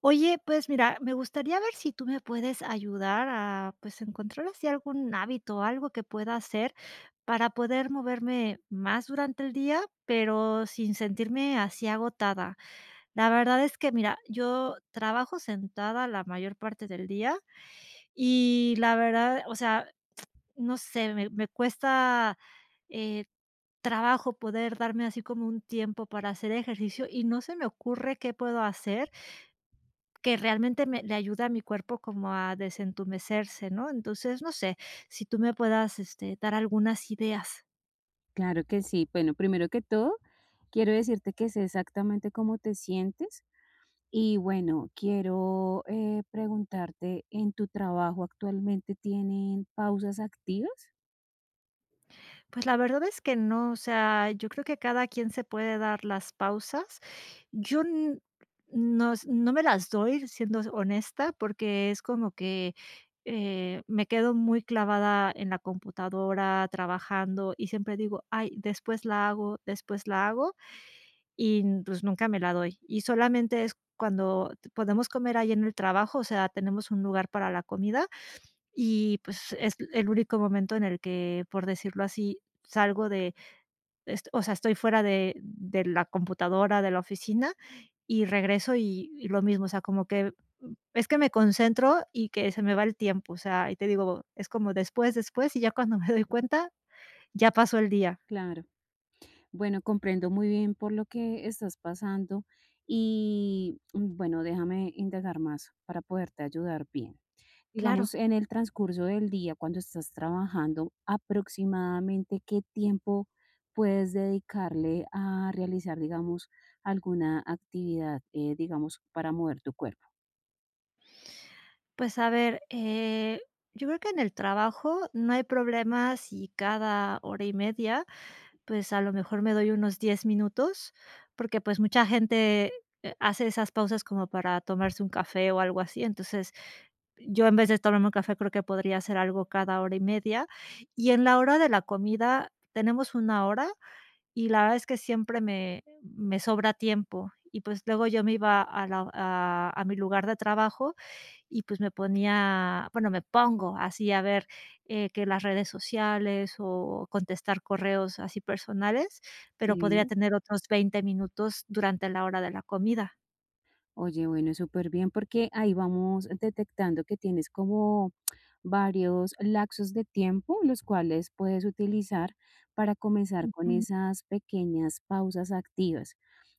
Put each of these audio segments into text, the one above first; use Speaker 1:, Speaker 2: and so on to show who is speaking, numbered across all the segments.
Speaker 1: Oye, pues mira, me gustaría ver si tú me puedes ayudar a, pues, encontrar así algún hábito, algo que pueda hacer para poder moverme más durante el día, pero sin sentirme así agotada. La verdad es que, mira, yo trabajo sentada la mayor parte del día y la verdad, o sea, no sé, me cuesta eh, trabajo poder darme así como un tiempo para hacer ejercicio y no se me ocurre qué puedo hacer que realmente me le ayuda a mi cuerpo como a desentumecerse, ¿no? Entonces, no sé, si tú me puedas, este, dar algunas ideas.
Speaker 2: Claro que sí. Bueno, primero que todo, quiero decirte que sé exactamente cómo te sientes y bueno, quiero preguntarte, ¿en tu trabajo actualmente tienen pausas activas?
Speaker 1: Pues, la verdad es que no, o sea, yo creo que cada quien se puede dar las pausas. Yo n nos no me las doy, siendo honesta, porque es como que, me quedo muy clavada en la computadora trabajando y siempre digo: "Ay, después la hago, después la hago". Y, pues, nunca me la doy. Y solamente es cuando podemos comer ahí en el trabajo, o sea, tenemos un lugar para la comida y, pues, es el único momento en el que, por decirlo así, salgo de est o sea, estoy fuera de la computadora, de la oficina y regreso y lo mismo, o sea, como que es que me concentro y que se me va el tiempo, o sea, y te digo, es como después, después, y ya cuando me doy cuenta, ya pasó el día.
Speaker 2: Claro. Bueno, comprendo muy bien por lo que estás pasando y bueno, déjame indagar más para poderte ayudar bien.
Speaker 1: Claro.
Speaker 2: Digamos, en el transcurso del día, cuando estás trabajando, aproximadamente qué tiempo puedes dedicarle a realizar, digamos, alguna actividad, digamos, para mover tu cuerpo.
Speaker 1: Pues a ver, yo creo que en el trabajo no hay problema si cada hora y media, pues a lo mejor me doy unos 10 minutos, porque pues mucha gente hace esas pausas como para tomarse un café o algo así. Entonces, yo en vez de tomarme un café, creo que podría hacer algo cada hora y media. Y en la hora de la comida tenemos una hora y la verdad es que siempre me sobra tiempo. Y pues luego yo me iba a, a mi lugar de trabajo y pues me ponía, bueno, me pongo así a ver, que las redes sociales o contestar correos así personales, pero podría
Speaker 2: Sí,
Speaker 1: tener otros 20 minutos durante la hora de la comida.
Speaker 2: oye, bueno, súper bien, porque ahí vamos detectando que tienes como varios lapsos de tiempo, los cuales puedes utilizar para comenzar con
Speaker 1: Ujú,
Speaker 2: esas pequeñas pausas activas.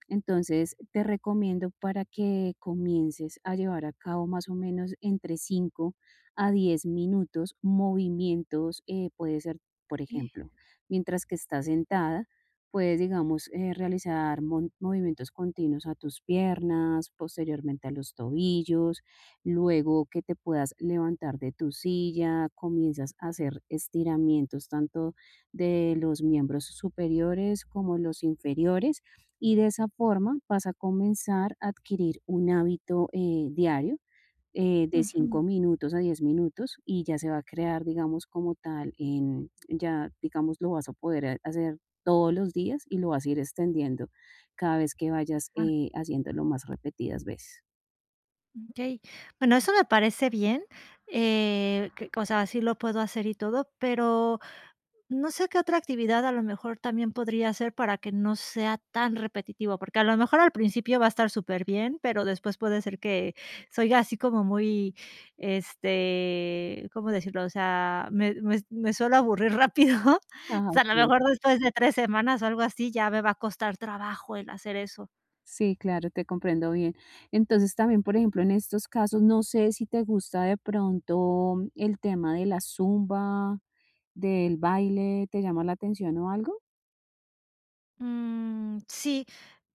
Speaker 2: Entonces, te recomiendo para que comiences a llevar a cabo más o menos entre 5 a 10 minutos movimientos, puede ser, por
Speaker 1: okey.
Speaker 2: ejemplo, mientras que estás sentada, puedes, digamos, realizar movimientos continuos a tus piernas, posteriormente a los tobillos, luego que te puedas levantar de tu silla, comienzas a hacer estiramientos tanto de los miembros superiores como los inferiores y de esa forma vas a comenzar a adquirir un hábito, diario, de
Speaker 1: Ujú.
Speaker 2: 5 minutos a 10 minutos y ya se va a crear, digamos, como tal, en ya, digamos, lo vas a poder ha hacer todos los días y lo vas a ir extendiendo cada vez que vayas,
Speaker 1: Ah,
Speaker 2: haciéndolo más repetidas veces.
Speaker 1: okey. Bueno, eso me parece bien, que o sea, sí lo puedo hacer y todo, pero no sé qué otra actividad a lo mejor también podría hacer para que no sea tan repetitivo, porque a lo mejor al principio va a estar súper bien, pero después puede ser que soy así como muy, este, ¿cómo decirlo? O sea, me suelo aburrir rápido.
Speaker 2: Ah,
Speaker 1: O sea, a lo
Speaker 2: okey.
Speaker 1: mejor después de 3 semanas o algo así, ya me va a costar trabajo el hacer eso.
Speaker 2: Sí, claro, te comprendo bien. Entonces, también, por ejemplo, en estos casos, no sé si te gusta de pronto el tema de la zumba, del baile, ¿te llama la atención o algo?
Speaker 1: Mm, sí,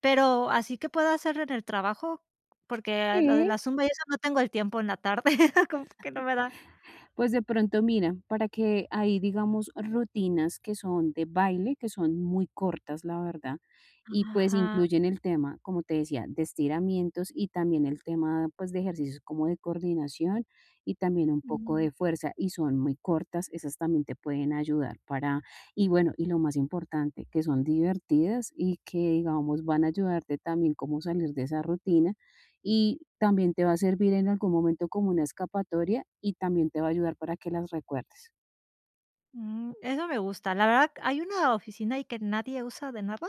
Speaker 1: pero así que puedo hacer en el trabajo, porque lo de
Speaker 2: Sí.
Speaker 1: la zumba y eso no tengo el tiempo en la tarde, como que no me da.
Speaker 2: Pues de pronto, mira, para que hay, digamos, rutinas que son de baile, que son muy cortas, la verdad, y pues
Speaker 1: Ajá.
Speaker 2: incluyen el tema, como te decía, de estiramientos y también el tema, pues, de ejercicios como de coordinación y también un poco
Speaker 1: Mm,
Speaker 2: de fuerza, y son muy cortas, esas también te pueden ayudar para, y bueno, y lo más importante, que son divertidas y que, digamos, van a ayudarte también como salir de esa rutina y también te va a servir en algún momento como una escapatoria y también te va a ayudar para que las recuerdes.
Speaker 1: mm, eso me gusta. La verdad, hay una oficina ahí que nadie usa de nada.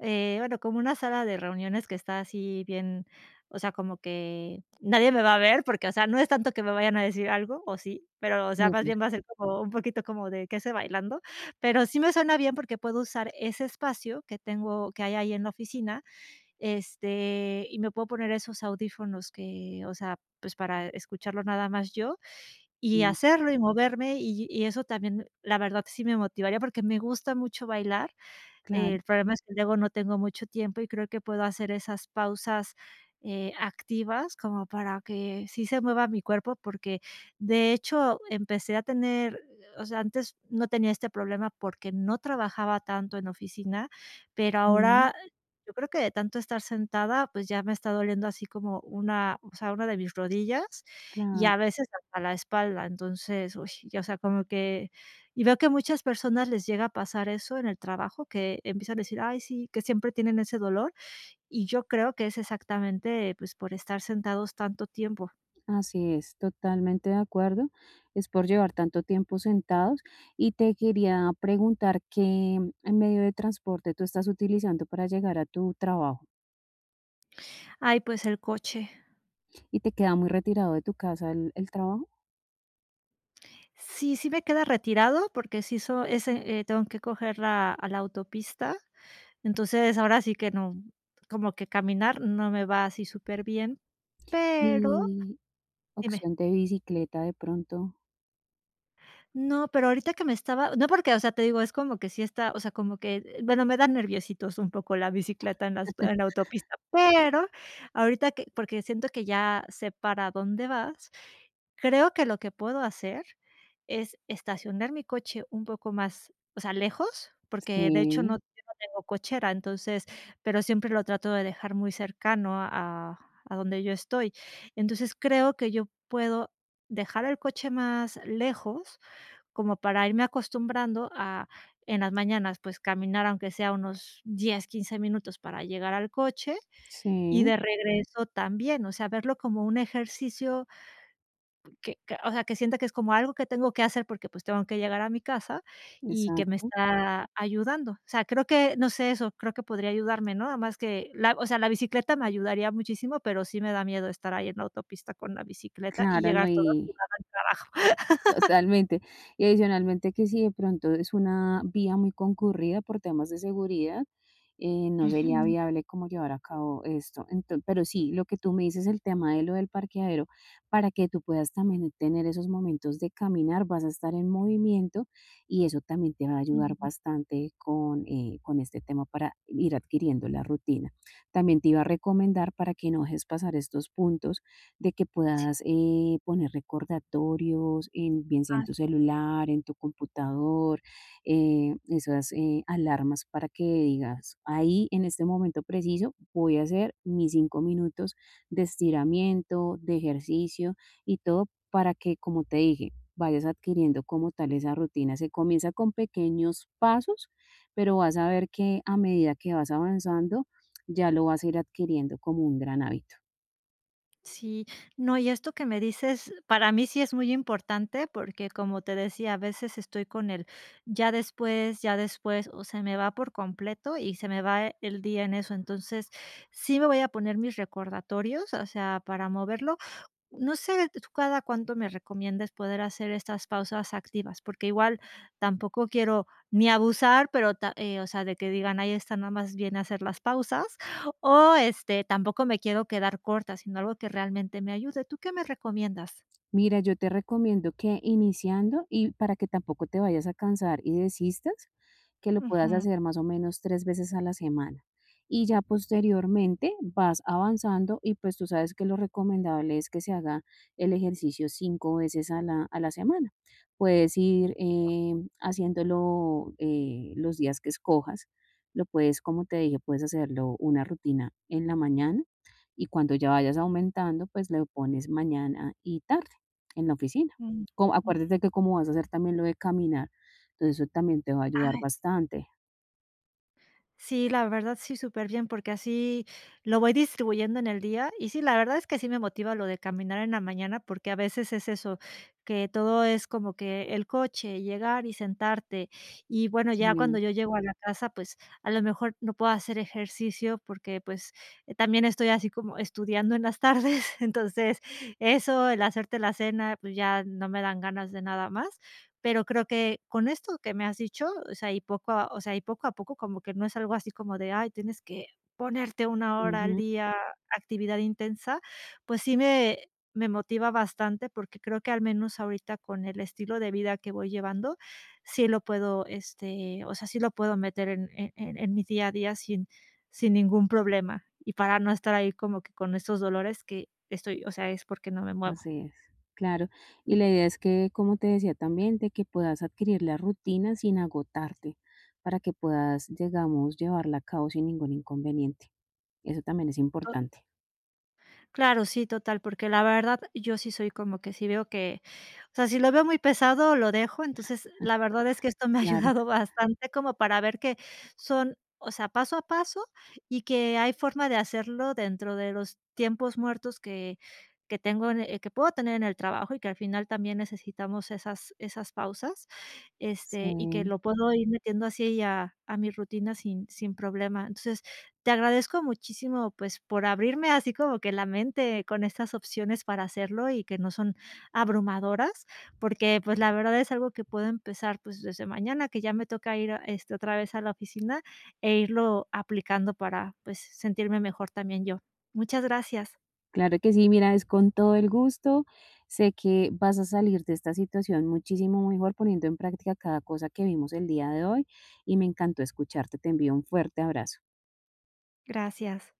Speaker 1: Bueno, como una sala de reuniones que está así bien, o sea, como que nadie me va a ver, porque, o sea, no es tanto que me vayan a decir algo, o sí, pero, o sea, más
Speaker 2: Súper,
Speaker 1: bien va a ser como un poquito como de que se bailando, pero sí me suena bien porque puedo usar ese espacio que tengo, que hay ahí en la oficina, este, y me puedo poner esos audífonos que, o sea, pues para escucharlo nada más yo y
Speaker 2: sí,
Speaker 1: hacerlo y moverme, y eso también, la verdad, sí me motivaría, porque me gusta mucho bailar.
Speaker 2: claro.
Speaker 1: El problema es que luego no tengo mucho tiempo y creo que puedo hacer esas pausas, activas como para que sí se mueva mi cuerpo, porque de hecho empecé a tener, o sea, antes no tenía este problema porque no trabajaba tanto en oficina, pero
Speaker 2: Ujú,
Speaker 1: ahora yo creo que de tanto estar sentada, pues ya me está doliendo así como una, o sea, una de mis rodillas y
Speaker 2: claro.
Speaker 1: a veces hasta la espalda. Entonces, uy, ya, o sea, como que y veo que muchas personas les llega a pasar eso en el trabajo, que empiezan a decir: "Ay, sí", que siempre tienen ese dolor, y yo creo que es exactamente, pues, por estar sentados tanto tiempo.
Speaker 2: Así es, totalmente de acuerdo. Es por llevar tanto tiempo sentados. Y te quería preguntar qué medio de transporte tú estás utilizando para llegar a tu trabajo.
Speaker 1: Ay, pues el coche.
Speaker 2: ¿Y te queda muy retirado de tu casa el trabajo?
Speaker 1: Sí, sí me queda retirado, porque sí tengo que coger la a la autopista, entonces ahora sí que no, como que caminar no me va así súper bien, pero
Speaker 2: Y
Speaker 1: dime.
Speaker 2: opción de bicicleta de pronto.
Speaker 1: No, pero ahorita que me estaba no, porque, o sea, te digo, es como que sí está, o sea, como que, bueno, me da nerviositos un poco la bicicleta en las en la autopista, pero ahorita que porque siento que ya sé para dónde vas, creo que lo que puedo hacer es estacionar mi coche un poco más, o sea, lejos, porque de hecho no
Speaker 2: Sí,
Speaker 1: yo no tengo cochera, entonces, pero siempre lo trato de dejar muy cercano a donde yo estoy. Entonces, creo que yo puedo dejar el coche más lejos como para irme acostumbrando a en las mañanas, pues, caminar, aunque sea unos 10 15 minutos para llegar al coche, y
Speaker 2: sí,
Speaker 1: de regreso también, o sea, verlo como un ejercicio que, o sea, que sienta que es como algo que tengo que hacer porque, pues, tengo que llegar a mi casa y que me
Speaker 2: exacto.
Speaker 1: está ayudando. O sea, creo que, no sé, eso creo que podría ayudarme, ¿no? Además que la o sea, la bicicleta me ayudaría muchísimo, pero sí me da miedo estar ahí en la autopista con la bicicleta y
Speaker 2: Claro, no,
Speaker 1: llegar toda
Speaker 2: y
Speaker 1: abajo.
Speaker 2: totalmente. Y adicionalmente que si de pronto es una vía muy concurrida por temas de seguridad, no sería
Speaker 1: Ujú,
Speaker 2: viable como llevar a cabo esto. Enton Pero sí, lo que tú me dices, el tema de lo del parqueadero, para que tú puedas también tener esos momentos de caminar, vas a estar en movimiento y eso también te va a ayudar
Speaker 1: ujú.
Speaker 2: bastante con este tema para ir adquiriendo la rutina. También te iba a recomendar para que no dejes pasar estos puntos, de que
Speaker 1: Sí.
Speaker 2: puedas poner recordatorios, en, bien sea en
Speaker 1: Ah,
Speaker 2: tu celular, en tu computador, esas alarmas para que digas, ahí en este momento preciso voy a hacer mis 5 minutos de estiramiento, de ejercicio y todo para que, como te dije, vayas adquiriendo como tal esa rutina. Se comienza con pequeños pasos, pero vas a ver que a medida que vas avanzando, ya lo vas a ir adquiriendo como un gran hábito.
Speaker 1: sí, no, y esto que me dices, para mí sí es muy importante porque como te decía, a veces estoy con el ya después, o se me va por completo y se me va el día en eso. Entonces, sí me voy a poner mis recordatorios, o sea, para moverlo no sé, tú cada cuánto me recomiendas poder hacer estas pausas activas, porque igual tampoco quiero ni abusar, pero, ta o sea, de que digan: ahí está nada más viene a hacer las pausas", o, este, tampoco me quiero quedar corta, sino algo que realmente me ayude, ¿tú qué me recomiendas?
Speaker 2: Mira, yo te recomiendo que iniciando y para que tampoco te vayas a cansar y desistas, que lo puedas
Speaker 1: Ujú,
Speaker 2: hacer más o menos 3 veces a la semana. Y ya posteriormente vas avanzando y pues tú sabes que lo recomendable es que se haga el ejercicio 5 veces a la semana. Puedes ir haciéndolo los días que escojas. Lo puedes, como te dije, puedes hacerlo una rutina en la mañana y cuando ya vayas aumentando, pues le pones mañana y tarde en la oficina.
Speaker 1: mm, mm.
Speaker 2: Acuérdate que como vas a hacer también lo de caminar, entonces eso también te va a ayudar
Speaker 1: Ay.
Speaker 2: bastante.
Speaker 1: Sí, la verdad sí, súper bien porque así lo voy distribuyendo en el día. Y sí, la verdad es que sí me motiva lo de caminar en la mañana, porque a veces es eso, que todo es como que el coche, llegar y sentarte. Y bueno, ya cuando
Speaker 2: Sí.
Speaker 1: yo llego a la casa, pues a lo mejor no puedo hacer ejercicio porque pues también estoy así como estudiando en las tardes. Entonces, eso, el hacerte la cena, pues ya no me dan ganas de nada más. Pero creo que con esto que me has dicho, o sea, y poco a o sea, y poco a poco como que no es algo así como de: "Ay, tienes que ponerte una hora al
Speaker 2: Ujú,
Speaker 1: día, actividad intensa", pues sí me motiva bastante, porque creo que al menos ahorita con el estilo de vida que voy llevando, sí lo puedo, este, o sea, sí lo puedo meter en mi día a día sin ningún problema, y para no estar ahí como que con estos dolores que estoy o sea, es porque no me muevo.
Speaker 2: así es, claro. Y la idea es que, como te decía también, de que puedas adquirir la rutina sin agotarte, para que puedas, digamos, llevarla a cabo sin ningún inconveniente. Eso también es importante.
Speaker 1: Claro, sí, total, porque la verdad yo sí soy como que si veo que, o sea, si lo veo muy pesado, lo dejo. Entonces, la verdad es que esto me ha
Speaker 2: Claro,
Speaker 1: ayudado bastante como para ver que son, o sea, paso a paso y que hay forma de hacerlo dentro de los tiempos muertos que tengo que puedo tener en el trabajo y que al final también necesitamos esas pausas. Este, y que
Speaker 2: sí,
Speaker 1: lo puedo ir metiendo así a mi rutina sin problema. Entonces, te agradezco muchísimo, pues, por abrirme así como que la mente con estas opciones para hacerlo y que no son abrumadoras, porque, pues, la verdad es algo que puedo empezar, pues, desde mañana, que ya me toca ir, este, otra vez a la oficina e irlo aplicando para, pues, sentirme mejor también yo. Muchas gracias.
Speaker 2: claro que sí, mira, es con todo el gusto. Sé que vas a salir de esta situación muchísimo mejor poniendo en práctica cada cosa que vimos el día de hoy y me encantó escucharte. Te envío un fuerte abrazo.
Speaker 1: Gracias.